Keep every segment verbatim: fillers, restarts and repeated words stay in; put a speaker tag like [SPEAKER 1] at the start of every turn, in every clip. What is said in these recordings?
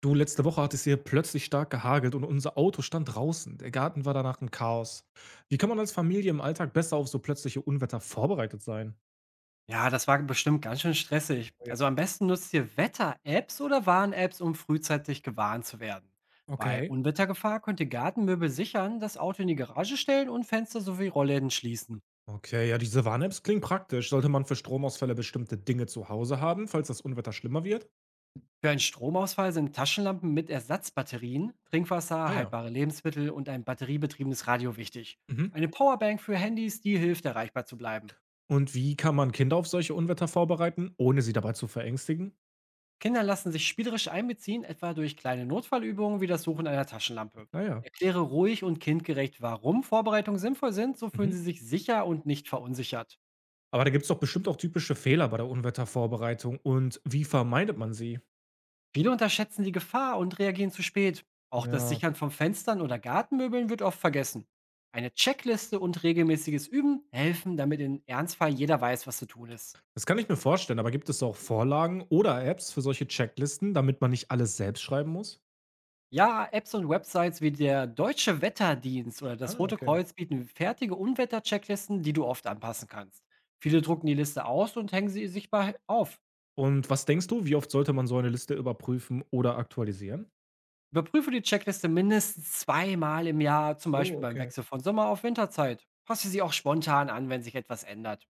[SPEAKER 1] Du, letzte Woche hat es hier plötzlich stark gehagelt und unser Auto stand draußen. Der Garten war danach ein Chaos. Wie kann man als Familie im Alltag besser auf so plötzliche Unwetter vorbereitet sein?
[SPEAKER 2] Ja, das war bestimmt ganz schön stressig.
[SPEAKER 1] Oh ja.
[SPEAKER 2] Also am besten nutzt ihr Wetter-Apps oder Warn-Apps, um frühzeitig gewarnt zu werden. Bei
[SPEAKER 1] Okay.
[SPEAKER 2] Unwettergefahr könnt ihr Gartenmöbel sichern, das Auto in die Garage stellen und Fenster sowie Rollläden schließen.
[SPEAKER 1] Okay, ja, diese Warn-Apps klingen praktisch. Sollte man für Stromausfälle bestimmte Dinge zu Hause haben, falls das Unwetter schlimmer wird?
[SPEAKER 2] Für einen Stromausfall sind Taschenlampen mit Ersatzbatterien,
[SPEAKER 1] Ah
[SPEAKER 2] Trinkwasser,
[SPEAKER 1] ja.
[SPEAKER 2] haltbare Lebensmittel und ein batteriebetriebenes Radio wichtig.
[SPEAKER 1] Mhm.
[SPEAKER 2] Eine Powerbank für Handys, die hilft, erreichbar zu bleiben.
[SPEAKER 1] Und wie kann man Kinder auf solche Unwetter vorbereiten, ohne sie dabei zu verängstigen?
[SPEAKER 2] Kinder lassen sich spielerisch einbeziehen, etwa durch kleine Notfallübungen wie das Suchen einer Taschenlampe.
[SPEAKER 1] Naja.
[SPEAKER 2] Erkläre ruhig und kindgerecht, warum Vorbereitungen sinnvoll sind, so fühlen
[SPEAKER 1] Mhm.
[SPEAKER 2] sie sich sicher und nicht verunsichert.
[SPEAKER 1] Aber da gibt es doch bestimmt auch typische Fehler bei der Unwettervorbereitung. Und wie vermeidet man sie?
[SPEAKER 2] Viele unterschätzen die Gefahr und reagieren zu spät. Auch das
[SPEAKER 1] Ja.
[SPEAKER 2] Sichern von Fenstern oder Gartenmöbeln wird oft vergessen. Eine Checkliste und regelmäßiges Üben helfen, damit im Ernstfall jeder weiß, was zu tun ist.
[SPEAKER 1] Das kann ich mir vorstellen, aber gibt es auch Vorlagen oder Apps für solche Checklisten, damit man nicht alles selbst schreiben muss?
[SPEAKER 2] Ja, Apps und Websites wie der Deutsche Wetterdienst oder
[SPEAKER 1] Ah,
[SPEAKER 2] das Rote
[SPEAKER 1] okay.
[SPEAKER 2] Kreuz bieten fertige Unwetterchecklisten, die du oft anpassen kannst. Viele drucken die Liste aus und hängen sie sichtbar auf.
[SPEAKER 1] Und was denkst du, wie oft sollte man so eine Liste überprüfen oder aktualisieren?
[SPEAKER 2] Überprüfe die Checkliste mindestens zweimal im Jahr, zum Beispiel
[SPEAKER 1] Oh,
[SPEAKER 2] beim
[SPEAKER 1] okay.
[SPEAKER 2] Wechsel von Sommer auf Winterzeit. Passe sie auch spontan an, wenn sich etwas ändert.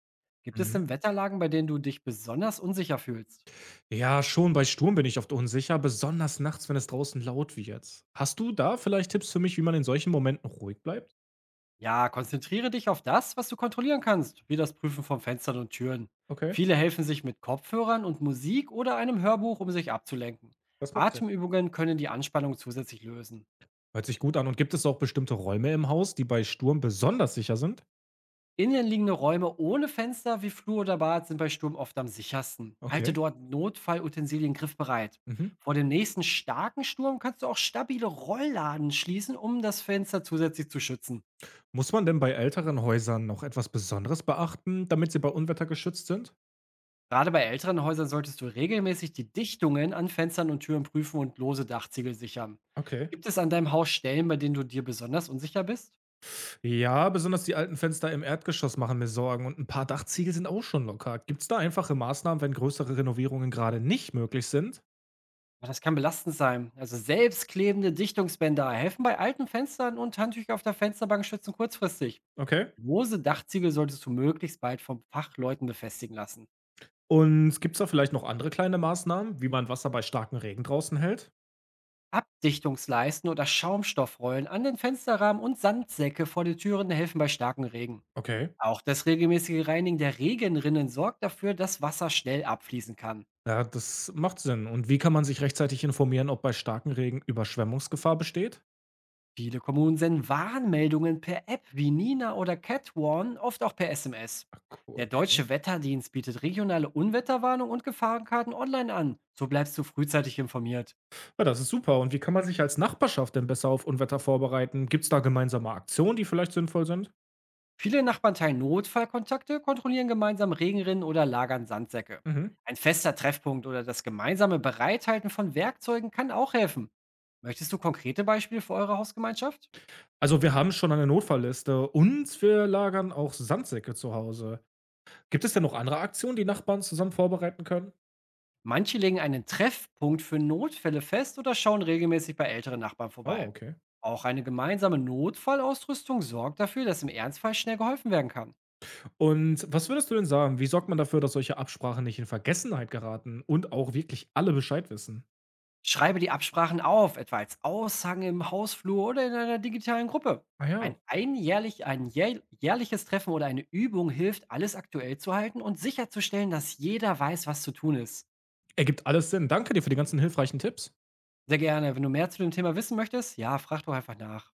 [SPEAKER 2] Gibt es
[SPEAKER 1] Mhm.
[SPEAKER 2] denn Wetterlagen, bei denen du dich besonders unsicher fühlst?
[SPEAKER 1] Ja, schon bei Sturm bin ich oft unsicher, besonders nachts, wenn es draußen laut wird. Hast du da vielleicht Tipps für mich, wie man in solchen Momenten ruhig bleibt?
[SPEAKER 2] Ja, konzentriere dich auf das, was du kontrollieren kannst, wie das Prüfen von Fenstern und Türen.
[SPEAKER 1] Okay,
[SPEAKER 2] Viele helfen sich mit Kopfhörern und Musik oder einem Hörbuch, um sich abzulenken.
[SPEAKER 1] das macht Sinn.
[SPEAKER 2] Atemübungen können die Anspannung zusätzlich lösen.
[SPEAKER 1] Hört sich gut an. Und gibt es auch bestimmte Räume im Haus, die bei Sturm besonders sicher sind?
[SPEAKER 2] Innenliegende Räume ohne Fenster wie Flur oder Bad sind bei Sturm oft am sichersten. Halte
[SPEAKER 1] Okay.
[SPEAKER 2] dort Notfallutensilien griffbereit.
[SPEAKER 1] Mhm.
[SPEAKER 2] Vor dem nächsten starken Sturm kannst du auch stabile Rollladen schließen, um das Fenster zusätzlich zu schützen.
[SPEAKER 1] Muss man denn bei älteren Häusern noch etwas Besonderes beachten, damit sie bei Unwetter geschützt sind?
[SPEAKER 2] Gerade bei älteren Häusern solltest du regelmäßig die Dichtungen an Fenstern und Türen prüfen und lose Dachziegel sichern.
[SPEAKER 1] Okay.
[SPEAKER 2] Gibt es an deinem Haus Stellen, bei denen du dir besonders unsicher bist?
[SPEAKER 1] Ja, besonders die alten Fenster im Erdgeschoss machen mir Sorgen und ein paar Dachziegel sind auch schon locker. Gibt es da einfache Maßnahmen, wenn größere Renovierungen gerade nicht möglich sind?
[SPEAKER 2] Ja, das kann belastend sein. Also selbstklebende Dichtungsbänder helfen bei alten Fenstern und Handtücher auf der Fensterbank schützen kurzfristig.
[SPEAKER 1] Okay.
[SPEAKER 2] Lose Dachziegel solltest du möglichst bald vom Fachleuten befestigen lassen.
[SPEAKER 1] Und gibt es da vielleicht noch andere kleine Maßnahmen, wie man Wasser bei starkem Regen draußen hält?
[SPEAKER 2] Abdichtungsleisten oder Schaumstoffrollen an den Fensterrahmen und Sandsäcke vor den Türen helfen bei starkem Regen.
[SPEAKER 1] Okay.
[SPEAKER 2] Auch das regelmäßige Reinigen der Regenrinnen sorgt dafür, dass Wasser schnell abfließen kann.
[SPEAKER 1] Ja, das macht Sinn. Und wie kann man sich rechtzeitig informieren, ob bei starkem Regen Überschwemmungsgefahr besteht?
[SPEAKER 2] Viele Kommunen senden Warnmeldungen per App wie Nina oder CatWarn, oft auch per S M S.
[SPEAKER 1] Ach,
[SPEAKER 2] Der
[SPEAKER 1] cool.
[SPEAKER 2] Deutsche Wetterdienst bietet regionale Unwetterwarnung und Gefahrenkarten online an. So bleibst du frühzeitig informiert.
[SPEAKER 1] Ja, das ist super. Und wie kann man sich als Nachbarschaft denn besser auf Unwetter vorbereiten? Gibt es da gemeinsame Aktionen, die vielleicht sinnvoll sind?
[SPEAKER 2] Viele Nachbarn teilen Notfallkontakte, kontrollieren gemeinsam Regenrinnen oder lagern Sandsäcke.
[SPEAKER 1] Mhm.
[SPEAKER 2] Ein fester Treffpunkt oder das gemeinsame Bereithalten von Werkzeugen kann auch helfen. Möchtest du konkrete Beispiele für eure Hausgemeinschaft?
[SPEAKER 1] Also wir haben schon eine Notfallliste und wir lagern auch Sandsäcke zu Hause. Gibt es denn noch andere Aktionen, die Nachbarn zusammen vorbereiten können?
[SPEAKER 2] Manche legen einen Treffpunkt für Notfälle fest oder schauen regelmäßig bei älteren Nachbarn
[SPEAKER 1] Oh,
[SPEAKER 2] vorbei.
[SPEAKER 1] okay.
[SPEAKER 2] Auch eine gemeinsame Notfallausrüstung sorgt dafür, dass im Ernstfall schnell geholfen werden kann.
[SPEAKER 1] Und was würdest du denn sagen? Wie sorgt man dafür, dass solche Absprachen nicht in Vergessenheit geraten und auch wirklich alle Bescheid wissen?
[SPEAKER 2] Schreibe die Absprachen auf, etwa als Aushang im Hausflur oder in einer digitalen Gruppe.
[SPEAKER 1] Ah
[SPEAKER 2] Ein,
[SPEAKER 1] ja,
[SPEAKER 2] einjährlich, ein jähr- jährliches Treffen oder eine Übung hilft, alles aktuell zu halten und sicherzustellen, dass jeder weiß, was zu tun ist.
[SPEAKER 1] ergibt alles Sinn. Danke dir für die ganzen hilfreichen Tipps.
[SPEAKER 2] Sehr gerne. Wenn du mehr zu dem Thema wissen möchtest, ja, frag doch einfach nach.